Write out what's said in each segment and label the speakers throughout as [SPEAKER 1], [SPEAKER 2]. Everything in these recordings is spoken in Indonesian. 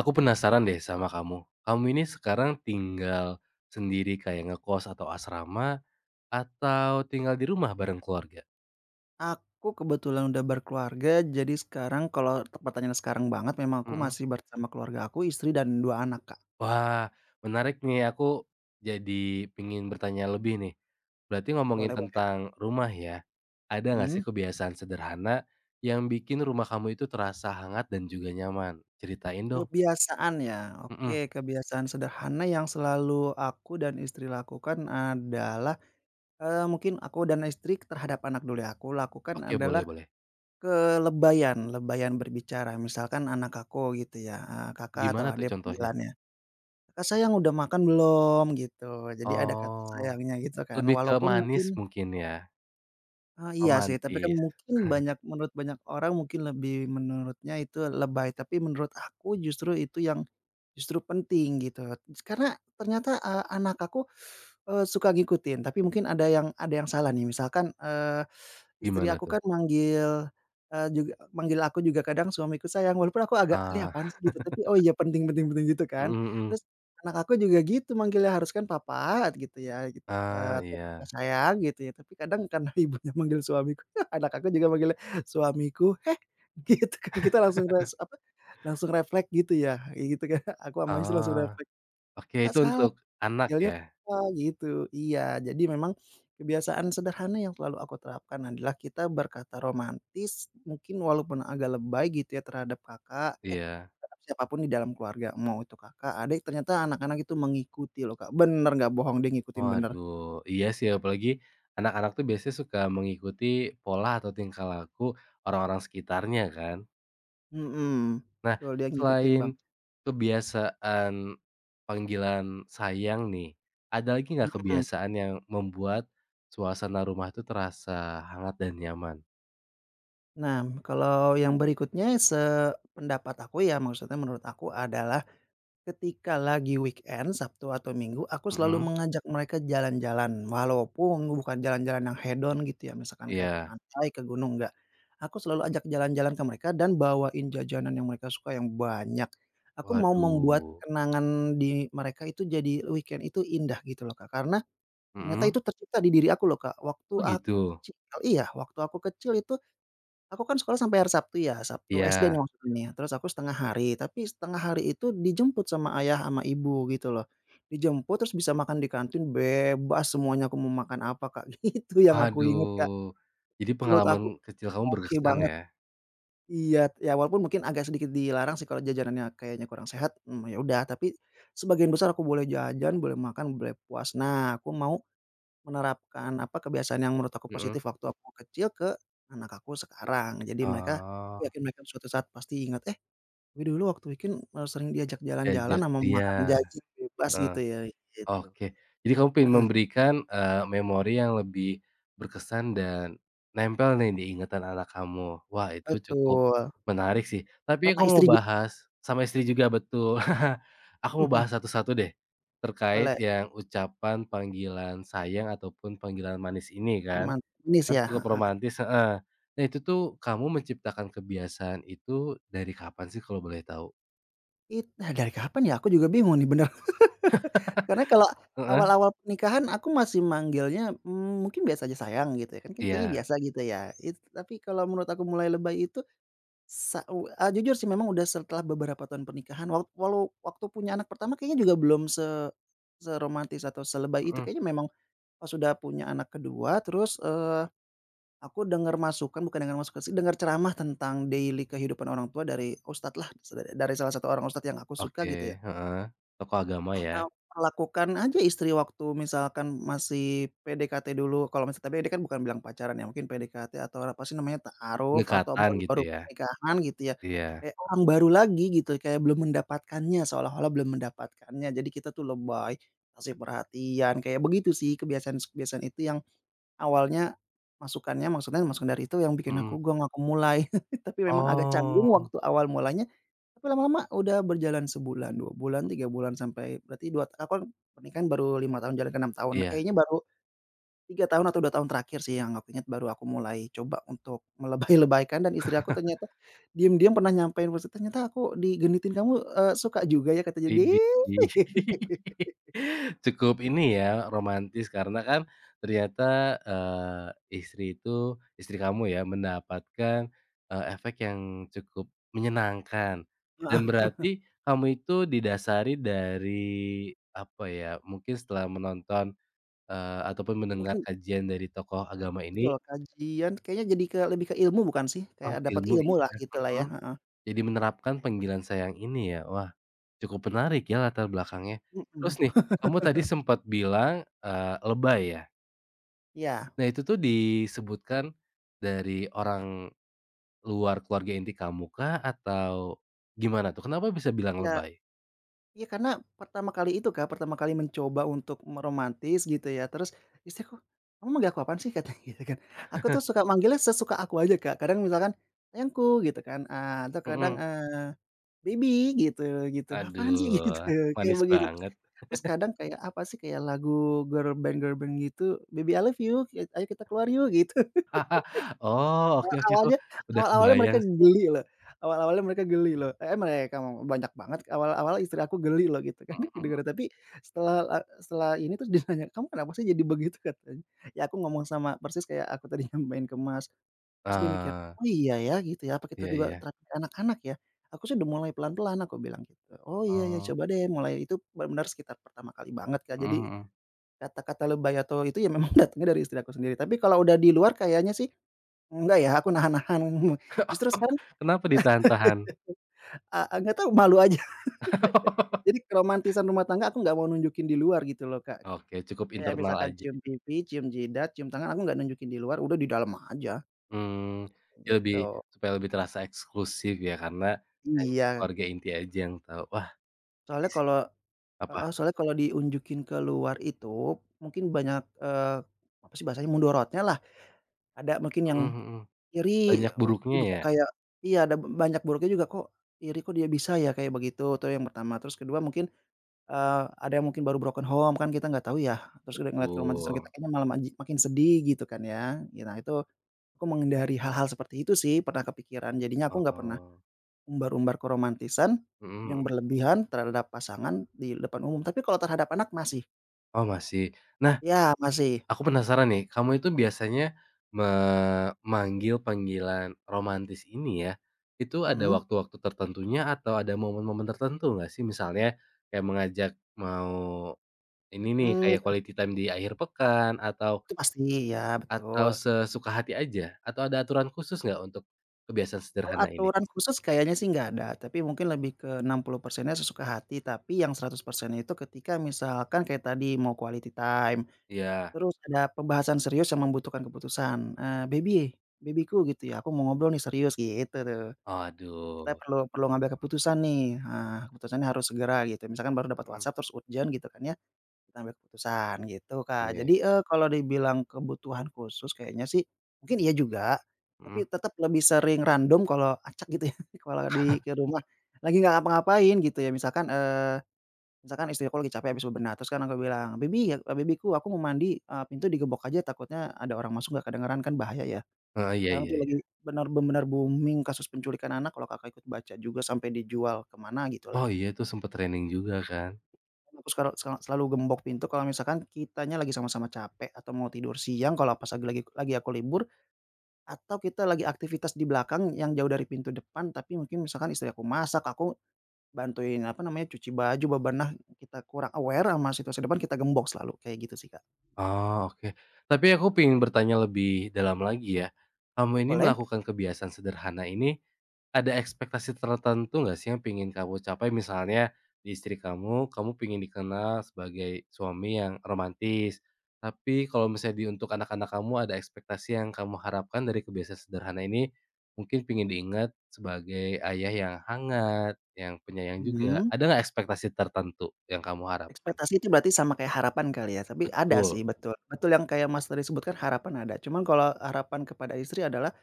[SPEAKER 1] Aku penasaran deh sama kamu. Kamu ini sekarang tinggal sendiri kayak ngekos atau asrama, atau tinggal di rumah bareng keluarga?
[SPEAKER 2] Aku kebetulan udah berkeluarga, jadi sekarang kalau pertanyaan sekarang banget memang aku
[SPEAKER 1] Mhm.
[SPEAKER 2] masih bersama keluarga aku, istri dan dua anak, Kak.
[SPEAKER 1] Wah, menarik nih, aku jadi pengen bertanya lebih nih. Berarti ngomongin
[SPEAKER 2] Boleh boleh.
[SPEAKER 1] tentang rumah ya, ada nggak
[SPEAKER 2] Mhm.
[SPEAKER 1] sih kebiasaan sederhana yang bikin rumah kamu itu terasa hangat dan juga nyaman? Ceritain dong.
[SPEAKER 2] Kebiasaan ya,
[SPEAKER 1] Mhm.
[SPEAKER 2] oke, kebiasaan sederhana yang selalu aku dan istri lakukan adalah, mungkin aku dan istri terhadap anak dulu ya, aku lakukan
[SPEAKER 1] Oke,
[SPEAKER 2] adalah
[SPEAKER 1] boleh boleh.
[SPEAKER 2] kelebayan, lebayan berbicara. Misalkan anak aku gitu ya, kakak
[SPEAKER 1] Gimana
[SPEAKER 2] atau
[SPEAKER 1] tuh
[SPEAKER 2] adik
[SPEAKER 1] contohnya?
[SPEAKER 2] panggilannya, "Kakak sayang udah makan belum?" Gitu. Jadi ada kata
[SPEAKER 1] Oh,
[SPEAKER 2] sayangnya gitu kan,
[SPEAKER 1] lebih ke
[SPEAKER 2] walaupun
[SPEAKER 1] manis
[SPEAKER 2] mungkin.
[SPEAKER 1] mungkin ya?
[SPEAKER 2] Ah, iya sih, tapi kan
[SPEAKER 1] Romantis.
[SPEAKER 2] mungkin banyak menurut banyak orang mungkin lebih menurutnya itu lebay, tapi menurut aku justru itu yang justru penting gitu. Karena ternyata, anak aku, suka ngikutin, tapi mungkin ada yang salah nih misalkan. Istri
[SPEAKER 1] Gimana
[SPEAKER 2] aku kan
[SPEAKER 1] tuh?
[SPEAKER 2] manggil, juga manggil aku juga kadang suamiku sayang, walaupun aku agak, "Ini
[SPEAKER 1] Ah,
[SPEAKER 2] apaan sih?" Gitu, tapi, "Oh iya penting penting penting," gitu kan.
[SPEAKER 1] mhm mhm.
[SPEAKER 2] Terus anak aku juga gitu manggilnya, harus kan papa gitu ya, gitu,
[SPEAKER 1] Ah,
[SPEAKER 2] atau papa
[SPEAKER 1] iya.
[SPEAKER 2] sayang gitu ya, tapi kadang karena ibunya manggil suamiku, anak aku juga manggilnya suamiku, "Heh!" Gitu kan, kita langsung langsung refleks gitu ya, kayak gitu kan, aku sama istri langsung
[SPEAKER 1] Oh,
[SPEAKER 2] refleks,
[SPEAKER 1] oke
[SPEAKER 2] "Nggak
[SPEAKER 1] itu
[SPEAKER 2] salah."
[SPEAKER 1] untuk anak
[SPEAKER 2] Idealnya
[SPEAKER 1] ya?
[SPEAKER 2] papa gitu, iya. Jadi memang kebiasaan sederhana yang selalu aku terapkan adalah kita berkata romantis mungkin walaupun agak lebay gitu ya terhadap
[SPEAKER 1] Iya.
[SPEAKER 2] terhadap siapapun di dalam keluarga, mau itu kakak, adik, ternyata anak-anak itu mengikuti loh, Kak. Bener nggak bohong, dia ngikutin bener.
[SPEAKER 1] Waduh, iya sih apalagi anak-anak tuh biasanya suka mengikuti pola atau tingkah laku orang-orang sekitarnya kan.
[SPEAKER 2] Mhm,
[SPEAKER 1] Nah,
[SPEAKER 2] betul dia ngikutin bang.
[SPEAKER 1] selain kebiasaan panggilan sayang nih, ada lagi nggak
[SPEAKER 2] Mhm.
[SPEAKER 1] kebiasaan yang membuat suasana rumah tuh terasa hangat dan nyaman?
[SPEAKER 2] Nah, kalau yang berikutnya sependapat aku ya maksudnya menurut aku adalah ketika lagi weekend, Sabtu atau Minggu, aku selalu
[SPEAKER 1] Mhm,
[SPEAKER 2] mengajak mereka jalan-jalan, walaupun bukan jalan-jalan yang hedon gitu ya, misalkan kayak ke
[SPEAKER 1] iya.
[SPEAKER 2] pantai, ke gunung, enggak. Aku selalu ajak jalan-jalan ke mereka dan bawain jajanan yang mereka suka yang banyak. Aku mau membuat
[SPEAKER 1] Waduh,
[SPEAKER 2] kenangan di mereka itu jadi weekend itu indah gitu loh, Kak, karena ternyata
[SPEAKER 1] mhm,
[SPEAKER 2] itu tercipta di diri aku loh, Kak, waktu
[SPEAKER 1] oh
[SPEAKER 2] aku
[SPEAKER 1] gitu?
[SPEAKER 2] kecil iya, waktu aku kecil itu aku kan sekolah sampai hari Sabtu ya, Sabtu SD
[SPEAKER 1] Iya,
[SPEAKER 2] nih maksudnya terus aku setengah hari, tapi setengah hari itu dijemput sama ayah sama ibu gitu loh. Dijemput terus bisa makan di kantin bebas semuanya aku mau makan apa, Kak, gitu yang aku inget, Kak.
[SPEAKER 1] waduh, jadi
[SPEAKER 2] Menurut
[SPEAKER 1] pengalaman
[SPEAKER 2] aku
[SPEAKER 1] kecil kamu
[SPEAKER 2] oke
[SPEAKER 1] berkesan
[SPEAKER 2] banget.
[SPEAKER 1] ya?
[SPEAKER 2] Iya, ya walaupun mungkin agak sedikit dilarang sih kalau jajanannya kayaknya kurang sehat, ya udah, tapi sebagian besar aku boleh jajan, boleh makan, boleh puas. Nah, aku mau menerapkan, apa, kebiasaan yang menurut aku
[SPEAKER 1] Mhm,
[SPEAKER 2] positif waktu aku kecil ke anak aku sekarang. Jadi mereka aku
[SPEAKER 1] oh,
[SPEAKER 2] yakin mereka suatu saat pasti ingat, "Eh, gue dulu waktu weekend, sering diajak jalan-jalan
[SPEAKER 1] diajak
[SPEAKER 2] sama makan
[SPEAKER 1] iya,
[SPEAKER 2] jajan bebas,"
[SPEAKER 1] heeh,
[SPEAKER 2] gitu ya, gitu.
[SPEAKER 1] oke. Jadi kamu pengen
[SPEAKER 2] Heeh,
[SPEAKER 1] memberikan, memori yang lebih berkesan dan nempel nih di ingatan anak kamu. Wah, itu cukup
[SPEAKER 2] betul.
[SPEAKER 1] menarik sih, tapi
[SPEAKER 2] Sama
[SPEAKER 1] aku
[SPEAKER 2] istri
[SPEAKER 1] mau bahas sama istri juga betul. Aku mau bahas satu-satu deh, terkait
[SPEAKER 2] boleh,
[SPEAKER 1] yang ucapan panggilan sayang ataupun panggilan manis ini kan.
[SPEAKER 2] romantis
[SPEAKER 1] Kan cukup
[SPEAKER 2] ya.
[SPEAKER 1] romantis heeh. Nah itu tuh kamu menciptakan kebiasaan itu dari kapan sih kalau boleh tahu?
[SPEAKER 2] Nah, dari kapan ya? Aku juga bingung nih bener. Karena kalau
[SPEAKER 1] Heeh,
[SPEAKER 2] awal-awal pernikahan aku masih manggilnya, mungkin biasa aja sayang gitu ya, kan kan kayaknya
[SPEAKER 1] iya,
[SPEAKER 2] biasa gitu ya. Tapi kalau menurut aku mulai lebay itu jujur sih memang udah setelah beberapa tahun pernikahan walau waktu punya anak pertama kayaknya juga belum seromantis atau selebay itu,
[SPEAKER 1] mhm,
[SPEAKER 2] kayaknya memang pas sudah punya anak kedua terus, aku dengar masukan bukan dengar masukan sih, dengar ceramah tentang daily kehidupan orang tua dari ustadz lah, dari salah satu orang ustadz yang aku suka
[SPEAKER 1] oke,
[SPEAKER 2] gitu ya.
[SPEAKER 1] heeh, tokoh agama ya?
[SPEAKER 2] Perlakukan aja istri waktu misalkan masih PDKT dulu, kalau misalnya tadi kan bukan bilang pacaran ya, mungkin PDKT atau apa sih namanya, ta'aruf atau
[SPEAKER 1] Pendekatan gitu
[SPEAKER 2] baru-baru
[SPEAKER 1] ya?
[SPEAKER 2] pernikahan gitu ya,
[SPEAKER 1] Iya,
[SPEAKER 2] kayak orang baru lagi gitu, kayak belum mendapatkannya, seolah-olah belum mendapatkannya. Jadi kita tuh lebay, kasih perhatian, kayak begitu sih kebiasaan-kebiasaan itu yang awalnya masukannya maksudnya masukan dari itu yang bikin
[SPEAKER 1] mhm.
[SPEAKER 2] aku gong, aku mulai. Tapi memang agak canggung
[SPEAKER 1] Oh,
[SPEAKER 2] waktu awal mulanya, tapi lama-lama udah berjalan sebulan, 2 bulan, 3 bulan, sampai berarti dua aku kan pernikahan baru 5 tahun, jalan ke 6 tahun.
[SPEAKER 1] iya.
[SPEAKER 2] Kayaknya baru 3 tahun atau 2 tahun terakhir sih yang aku ingat baru aku mulai coba untuk melebay-lebaykan dan istri aku ternyata diam-diam pernah nyampein, maksudnya, "Ternyata aku digenitin kamu, suka juga ya," kata jadi.
[SPEAKER 1] Widih. Cukup ini ya, romantis karena kan ternyata, eee, istri itu istri kamu ya mendapatkan, efek yang cukup menyenangkan dan
[SPEAKER 2] Heeh,
[SPEAKER 1] berarti kamu itu didasari dari, apa ya, mungkin setelah menonton, ataupun mendengar
[SPEAKER 2] mungkin
[SPEAKER 1] kajian dari tokoh agama ini,
[SPEAKER 2] betul, kajian kayaknya jadi ke lebih ke ilmu bukan sih? Kayak
[SPEAKER 1] oh
[SPEAKER 2] dapat
[SPEAKER 1] ilmu
[SPEAKER 2] ilmu ilmulah
[SPEAKER 1] ya,
[SPEAKER 2] gitulah ya,
[SPEAKER 1] mhm.
[SPEAKER 2] heeh,
[SPEAKER 1] Jadi menerapkan panggilan sayang ini ya, wah cukup menarik ya latar belakangnya.
[SPEAKER 2] mhm,
[SPEAKER 1] Terus nih, kamu tadi sempat bilang, lebay ya?
[SPEAKER 2] iya
[SPEAKER 1] Nah itu tuh disebutkan dari orang luar keluarga inti kamu kah atau gimana tuh? Kenapa bisa bilang
[SPEAKER 2] iya
[SPEAKER 1] lebay?
[SPEAKER 2] iya karena pertama kali itu Kak, pertama kali mencoba untuk meromantis gitu ya, terus istriku, "Kamu manggil aku apaan sih?" Katanya gitu kan. Aku tuh suka manggilnya sesuka aku aja Kak, kadang misalkan, "Sayangku," gitu kan, atau kadang,
[SPEAKER 1] Mhm.
[SPEAKER 2] "Baby," gitu gitu, "Apaan sih?" Gitu,
[SPEAKER 1] Aduh,
[SPEAKER 2] kayak
[SPEAKER 1] manis
[SPEAKER 2] begitu. Terus
[SPEAKER 1] banget.
[SPEAKER 2] terus kadang kayak apa sih, kayak lagu girl band gitu, "Baby I love you, ayo kita keluar yuk," gitu.
[SPEAKER 1] Oh, oke
[SPEAKER 2] Awal
[SPEAKER 1] oke, aku
[SPEAKER 2] awalnya
[SPEAKER 1] udah
[SPEAKER 2] awal-awalnya mereka
[SPEAKER 1] kebayang sih.
[SPEAKER 2] geli loh awal-awalnya mereka geli loh, mereka banyak banget awal-awal istri aku geli loh gitu kan
[SPEAKER 1] Mhm mhm.
[SPEAKER 2] kedengeran tapi setelah la setelah ini terus dia nanya, "Kamu kenapa sih jadi begitu?" katanya. Ya aku ngomong sama persis kayak aku tadi nyampein ke Mas, terus dia mikir,
[SPEAKER 1] Eee,
[SPEAKER 2] "Oh iya ya gitu ya apa kita
[SPEAKER 1] iya
[SPEAKER 2] juga
[SPEAKER 1] iya.
[SPEAKER 2] terapi ke anak-anak ya?" "Aku sih udah mulai pelan-pelan," aku bilang gitu. "Oh iya ya
[SPEAKER 1] Oh,
[SPEAKER 2] coba deh mulai," itu bener-bener sekitar pertama kali banget Kak
[SPEAKER 1] mhm
[SPEAKER 2] jadi
[SPEAKER 1] mhm.
[SPEAKER 2] kata-kata lebay atau itu ya memang datangnya dari istri aku sendiri tapi kalau udah di luar kayaknya sih enggak ya, aku nahan-nahan. Justru sekarang,
[SPEAKER 1] Kenapa ditahan-tahan?
[SPEAKER 2] enggak tahu malu aja. Jadi keromantisan rumah tangga aku nggak mau nunjukin di luar gitu loh, Kak.
[SPEAKER 1] Oke, cukup
[SPEAKER 2] Kayak
[SPEAKER 1] internal
[SPEAKER 2] misalkan
[SPEAKER 1] aja.
[SPEAKER 2] cium pipi, cium jidat, cium tangan, aku nggak nunjukin di luar, udah di dalam aja,
[SPEAKER 1] Mmm, ya lebih
[SPEAKER 2] gitu.
[SPEAKER 1] supaya lebih terasa eksklusif ya, karena hanya
[SPEAKER 2] Iya,
[SPEAKER 1] keluarga inti aja yang tahu. Wah, ini
[SPEAKER 2] soalnya
[SPEAKER 1] sih
[SPEAKER 2] kalau
[SPEAKER 1] apa
[SPEAKER 2] heeh, soalnya kalau diunjukin ke luar itu mungkin banyak, apa sih bahasanya, mudorotnya lah. Ada mungkin yang
[SPEAKER 1] mhm mhm,
[SPEAKER 2] iri,
[SPEAKER 1] banyak
[SPEAKER 2] "Wah, kok dia
[SPEAKER 1] buruknya
[SPEAKER 2] bisa
[SPEAKER 1] ya?
[SPEAKER 2] kayak" iya, ada banyak buruknya juga, "Kok iri, kok dia bisa ya?" Kayak begitu, itu yang pertama. Terus kedua mungkin ada yang mungkin baru broken home kan kita nggak tahu ya, terus udah ngeliat keromantisan kita
[SPEAKER 1] Betul,
[SPEAKER 2] kayaknya malah makin sedih gitu kan ya. Ya nah itu aku menghindari hal-hal seperti itu sih, pernah kepikiran jadinya aku nggak pernah
[SPEAKER 1] heeh,
[SPEAKER 2] umbar-umbar keromantisan
[SPEAKER 1] mhm
[SPEAKER 2] yang
[SPEAKER 1] mhm.
[SPEAKER 2] berlebihan terhadap pasangan di depan umum, tapi kalau terhadap anak masih.
[SPEAKER 1] Oh, masih. Nah,
[SPEAKER 2] Ya masih,
[SPEAKER 1] aku penasaran nih, kamu itu biasanya memanggil panggilan romantis ini ya, itu ada
[SPEAKER 2] mhm,
[SPEAKER 1] waktu-waktu tertentunya atau ada momen-momen tertentu nggak sih? Misalnya kayak mengajak mau Ini nih
[SPEAKER 2] mmm,
[SPEAKER 1] kayak quality time di akhir pekan
[SPEAKER 2] itu pasti, ya
[SPEAKER 1] atau
[SPEAKER 2] betul.
[SPEAKER 1] sesuka hati aja? Atau ada aturan khusus nggak untuk kebiasaan
[SPEAKER 2] Kalau
[SPEAKER 1] sederhana ini?
[SPEAKER 2] aturan khusus kayaknya sih nggak ada, tapi mungkin lebih ke 60%-nya sesuka hati, tapi yang 100%-nya itu ketika misalkan kayak tadi mau quality time.
[SPEAKER 1] Iya.
[SPEAKER 2] Terus ada pembahasan serius yang membutuhkan keputusan, "Baby-ku," gitu ya, "aku mau ngobrol nih serius," gitu tuh. Kita
[SPEAKER 1] Aduh,
[SPEAKER 2] perlu perlu ngambil keputusan nih, nah keputusannya harus segera gitu, misalkan baru dapat
[SPEAKER 1] mhm,
[SPEAKER 2] WhatsApp terus urgent gitu kan ya, kita ambil keputusan gitu, Kak.
[SPEAKER 1] oke,
[SPEAKER 2] Jadi, kalau dibilang kebutuhan khusus kayaknya sih mungkin iya juga,
[SPEAKER 1] mhm,
[SPEAKER 2] tapi tetap lebih sering random kalau acak gitu ya, kalau ke rumah lagi nggak ngapa-ngapain gitu ya, Misalkan istri aku lagi capek habis bebenah, terus kan aku bilang, "Baby, ya, babyku aku mau mandi, pintu digebok aja takutnya ada orang masuk nggak kedengeran kan bahaya ya."
[SPEAKER 1] heeh, iya
[SPEAKER 2] Sekarang
[SPEAKER 1] iya
[SPEAKER 2] tuh lagi
[SPEAKER 1] iya.
[SPEAKER 2] benar benar booming kasus penculikan anak kalau Kakak ikut baca juga sampai dijual ke mana gitulah.
[SPEAKER 1] Oh iya, itu sempet training juga kan?
[SPEAKER 2] Aku sekara sela selalu gembok pintu kalau misalkan kitanya lagi sama-sama capek atau mau tidur siang kalau pas lagi aku libur, atau kita lagi aktivitas di belakang yang jauh dari pintu depan tapi mungkin misalkan istri aku masak, aku bantuin apa namanya, cuci baju, bebenah, kita kurang aware sama situasi depan kita gembok selalu, kayak gitu sih, Kak.
[SPEAKER 1] Oh, oke. Tapi aku ingin bertanya lebih dalam lagi ya. Kamu ini
[SPEAKER 2] Boleh,
[SPEAKER 1] melakukan kebiasaan sederhana ini, ada ekspektasi tertentu nggak sih yang pengen kamu capai? Misalnya di istri kamu, kamu pengen dikenal sebagai suami yang romantis. Tapi kalau misalnya di untuk anak-anak kamu ada ekspektasi yang kamu harapkan dari kebiasaan sederhana ini, mungkin pengen diingat sebagai ayah yang hangat, yang penyayang juga.
[SPEAKER 2] mhm.
[SPEAKER 1] Ada nggak ekspektasi tertentu yang kamu harapkan?
[SPEAKER 2] Ekspektasi itu berarti sama kayak harapan kali ya? Tapi ada
[SPEAKER 1] Betul.
[SPEAKER 2] sih betul, betul yang kayak Mas tadi sebutkan harapan ada, cuman kalau harapan kepada istri adalah,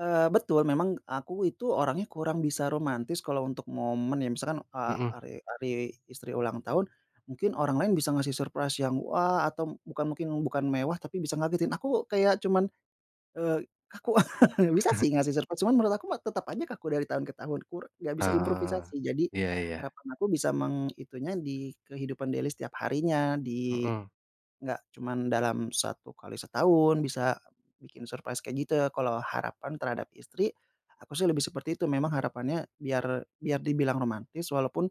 [SPEAKER 2] betul memang aku itu orangnya kurang bisa romantis kalau untuk momen ya misalkan,
[SPEAKER 1] Mhm.
[SPEAKER 2] hari hari istri ulang tahun, mungkin orang lain bisa ngasih surprise yang wah atau bukan mungkin bukan mewah tapi bisa ngagetin, aku kayak cuman kaku. Bisa sih ngasih surprise, cuman menurut aku mah tetap aja kaku dari tahun ke tahun, nggak bisa
[SPEAKER 1] Ah,
[SPEAKER 2] improvisasi. Jadi
[SPEAKER 1] iya iya.
[SPEAKER 2] harapan aku bisa mengitunya di kehidupan daily setiap harinya, di
[SPEAKER 1] Mhm.
[SPEAKER 2] nggak cuman dalam satu kali setahun bisa bikin surprise kayak gitu. Kalau harapan terhadap istri, aku sih lebih seperti itu, memang harapannya biar biar dibilang romantis walaupun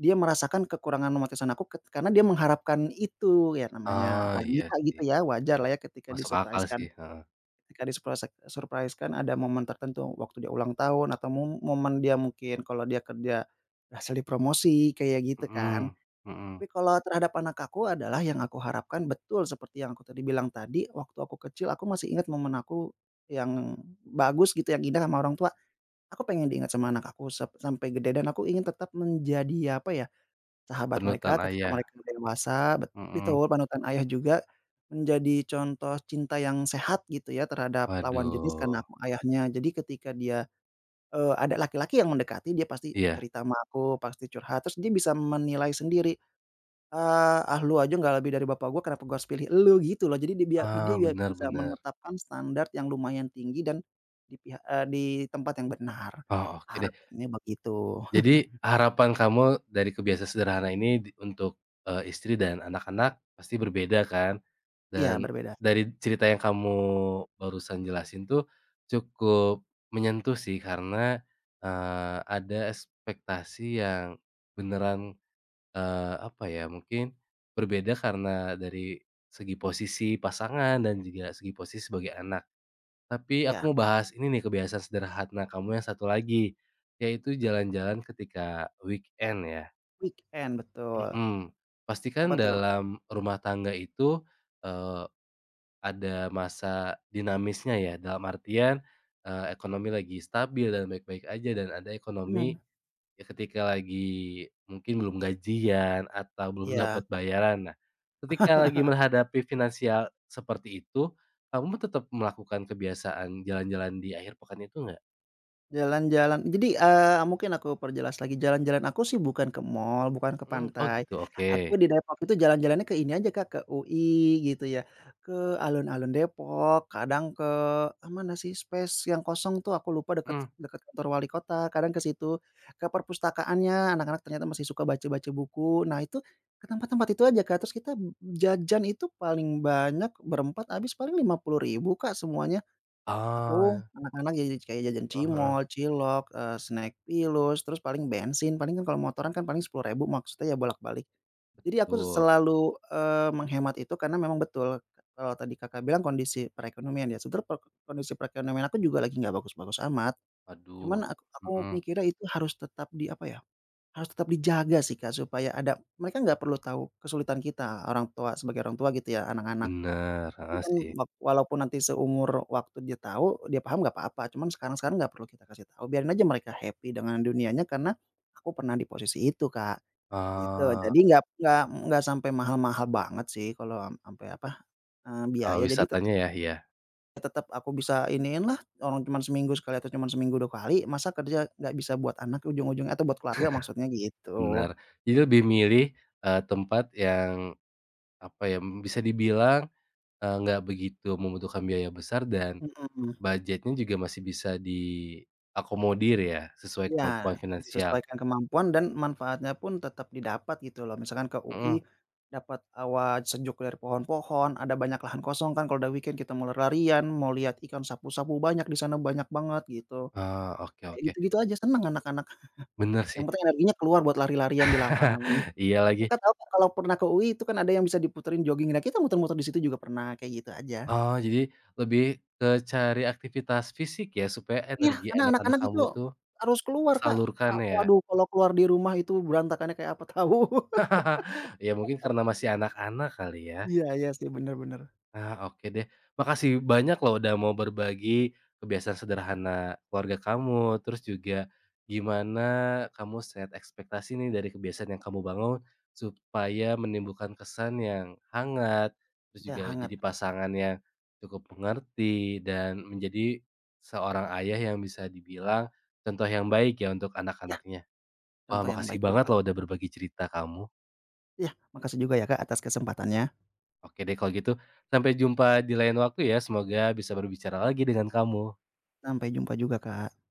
[SPEAKER 2] dia merasakan kekurangan romantisan aku karena dia mengharapkan itu, ya namanya
[SPEAKER 1] Oh, iya
[SPEAKER 2] wanita gitu
[SPEAKER 1] sih,
[SPEAKER 2] ya, wajarlah ya ketika
[SPEAKER 1] masuk akal
[SPEAKER 2] di-surprise-kan.
[SPEAKER 1] sih, heeh.
[SPEAKER 2] Ketika disurprasek kan ada momen tertentu, waktu dia ulang tahun atau momen dia mungkin kalau dia kerja berhasil dipromosi, kayak gitu kan.
[SPEAKER 1] Mhm, mhm.
[SPEAKER 2] Tapi kalau terhadap anak aku adalah yang aku harapkan betul seperti yang aku tadi bilang tadi, waktu aku kecil aku masih ingat momen aku yang bagus gitu, yang indah sama orang tua. Aku pengen diingat sama anak aku sampai gede dan aku ingin tetap menjadi, apa ya. Sahabat
[SPEAKER 1] Penutan
[SPEAKER 2] mereka ketika
[SPEAKER 1] ayah,
[SPEAKER 2] mereka dewasa bet
[SPEAKER 1] mhm.
[SPEAKER 2] betul, panutan ayah juga menjadi contoh cinta yang sehat gitu ya terhadap lawan jenis
[SPEAKER 1] Waduh,
[SPEAKER 2] karena aku ayahnya. Jadi ketika dia, ada laki-laki yang mendekati dia pasti
[SPEAKER 1] iya,
[SPEAKER 2] cerita sama aku, pasti curhat, terus dia bisa menilai sendiri, "Ah, lu aja nggak lebih dari bapak gua kenapa gua harus pilih elu?" Gitu loh. Jadi dia
[SPEAKER 1] ah,
[SPEAKER 2] bia
[SPEAKER 1] bener
[SPEAKER 2] bisa
[SPEAKER 1] bener.
[SPEAKER 2] menetapkan standar yang lumayan tinggi dan di tempat yang benar.
[SPEAKER 1] Oh, oke deh.
[SPEAKER 2] Harapannya begitu.
[SPEAKER 1] Jadi harapan kamu dari kebiasaan sederhana ini di untuk, istri dan anak-anak pasti berbeda kan?
[SPEAKER 2] Iya
[SPEAKER 1] Dan
[SPEAKER 2] berbeda.
[SPEAKER 1] dari cerita yang kamu barusan jelasin tuh cukup menyentuh sih karena, ada ekspektasi yang beneran apa ya, mungkin berbeda karena dari segi posisi pasangan dan juga segi posisi sebagai anak. Tapi aku
[SPEAKER 2] Iya,
[SPEAKER 1] mau bahas ini nih kebiasaan sederhana kamu yang satu lagi, yaitu jalan-jalan ketika weekend ya,
[SPEAKER 2] weekend betul.
[SPEAKER 1] mhm.
[SPEAKER 2] Apa
[SPEAKER 1] Pastikan
[SPEAKER 2] tuh?
[SPEAKER 1] dalam rumah tangga itu, eee, ada masa dinamisnya ya, dalam artian, ekonomi lagi stabil dan baik-baik aja dan ada
[SPEAKER 2] Mhm,
[SPEAKER 1] ekonomi Ya ketika lagi mungkin belum gajian atau belum
[SPEAKER 2] iya,
[SPEAKER 1] dapat bayaran. Nah, ketika lagi menghadapi finansial seperti itu, kamu tetap melakukan kebiasaan jalan-jalan di akhir pekan itu nggak?
[SPEAKER 2] jalan-jalan jadi, mungkin aku perjelas lagi, jalan-jalan aku sih bukan ke mall, bukan ke
[SPEAKER 1] Mmm, oh
[SPEAKER 2] pantai.
[SPEAKER 1] gitu, oke.
[SPEAKER 2] Aku di Depok itu jalan-jalannya ke ini aja Kak, ke UI gitu ya, ke alun-alun Depok, kadang ke, mana sih space yang kosong tuh aku lupa deket
[SPEAKER 1] Mhm.
[SPEAKER 2] deket kantor wali kota, kadang ke situ, ke perpustakaannya, anak-anak ternyata masih suka baca-baca buku. Nah itu, ke tempat-tempat itu aja Kak, terus kita jajan itu paling banyak berempat habis paling 50.000 Kak semuanya.
[SPEAKER 1] Oh,
[SPEAKER 2] Aku,
[SPEAKER 1] heeh
[SPEAKER 2] anak-anak jadi kayak jajan
[SPEAKER 1] heeh,
[SPEAKER 2] cimol, cilok, snack pilus, terus paling bensin, paling kan kalau motoran kan paling 10.000 maksudnya ya bolak-balik. Jadi aku
[SPEAKER 1] betul.
[SPEAKER 2] selalu, menghemat itu karena memang betul kalau tadi Kakak bilang kondisi perekonomian ya, sebenarnya kondisi perekonomian aku juga lagi nggak bagus-bagus amat. Cuman
[SPEAKER 1] Waduh,
[SPEAKER 2] aku
[SPEAKER 1] mhm,
[SPEAKER 2] mikirnya itu harus tetap apa ya, harus tetap dijaga sih Kak supaya ada mereka nggak perlu tahu kesulitan kita, orang tua sebagai orang tua gitu ya, anak-anak.
[SPEAKER 1] bener,
[SPEAKER 2] Tapi
[SPEAKER 1] heeh
[SPEAKER 2] kan
[SPEAKER 1] sih.
[SPEAKER 2] walaupun nanti seumur waktu dia tahu, dia paham nggak apa-apa, cuman sekarang-sekarang nggak perlu kita kasih tahu, biarin aja mereka happy dengan dunianya karena aku pernah di posisi itu, Kak, gitu.
[SPEAKER 1] Oh,
[SPEAKER 2] Jadi nggak sampai mahal-mahal banget sih kalau ampe apa, biaya, jadi tetep
[SPEAKER 1] wisatanya ya? Iya,
[SPEAKER 2] tetep aku bisa iniin lah, orang cuman seminggu sekali atau cuman seminggu 2 kali, masa kerja nggak bisa buat anak ujung-ujungnya atau buat keluarga maksudnya
[SPEAKER 1] bener.
[SPEAKER 2] gitu,
[SPEAKER 1] Jadi lebih milih, tempat yang, apa ya, bisa dibilang, nggak begitu membutuhkan biaya besar dan
[SPEAKER 2] mhm.
[SPEAKER 1] Budgetnya juga masih bisa diakomodir ya, sesuai
[SPEAKER 2] Iya,
[SPEAKER 1] kemampuan finansial?
[SPEAKER 2] disesuaikan kemampuan dan manfaatnya pun tetap didapat gitu loh. Misalkan ke UI,
[SPEAKER 1] Mhm.
[SPEAKER 2] dapat hawa sejuk dari pohon-pohon, ada banyak lahan kosong kan kalau udah weekend kita mau lari-larian, mau lihat ikan sapu-sapu banyak di sana, banyak banget gitu.
[SPEAKER 1] Oh, oke
[SPEAKER 2] Kayak
[SPEAKER 1] oke.
[SPEAKER 2] gitu-gitu aja seneng anak-anak,
[SPEAKER 1] Bener
[SPEAKER 2] yang
[SPEAKER 1] sih.
[SPEAKER 2] penting energinya keluar buat lari-larian di lapangan.
[SPEAKER 1] Iya lagi.
[SPEAKER 2] Kakak tahu nggak kalau pernah ke UI itu kan ada yang bisa diputerin jogging, nah kita muter-muter di situ juga pernah, kayak gitu aja.
[SPEAKER 1] Oh, jadi lebih ke cari aktivitas fisik ya, supaya
[SPEAKER 2] Iya,
[SPEAKER 1] energi
[SPEAKER 2] karena
[SPEAKER 1] anak-anak
[SPEAKER 2] anak-anak itu
[SPEAKER 1] kamu itu
[SPEAKER 2] harus keluar Kak,
[SPEAKER 1] tersalurkan ya?
[SPEAKER 2] waduh kalau keluar di rumah itu berantakannya kayak apa tahu.
[SPEAKER 1] Ya mungkin karena masih anak-anak kali ya?
[SPEAKER 2] Iya iya sih, bener bener.
[SPEAKER 1] Ah, oke deh. Makasih banyak loh udah mau berbagi kebiasaan sederhana keluarga kamu, terus juga gimana kamu set ekspektasi nih dari kebiasaan yang kamu bangun supaya menimbulkan kesan yang hangat, terus
[SPEAKER 2] Iya
[SPEAKER 1] juga
[SPEAKER 2] hangat,
[SPEAKER 1] jadi
[SPEAKER 2] betul.
[SPEAKER 1] pasangan yang cukup mengerti dan menjadi seorang ayah yang bisa dibilang contoh yang baik ya untuk
[SPEAKER 2] Iya,
[SPEAKER 1] anak-anaknya. Wah,
[SPEAKER 2] contoh yang baik,
[SPEAKER 1] makasih banget
[SPEAKER 2] betul.
[SPEAKER 1] loh udah berbagi cerita kamu.
[SPEAKER 2] Iya, makasih juga ya Kak atas kesempatannya.
[SPEAKER 1] Oke deh kalau gitu, sampai jumpa di lain waktu ya, semoga bisa berbicara lagi dengan kamu.
[SPEAKER 2] Sampai jumpa juga, Kak.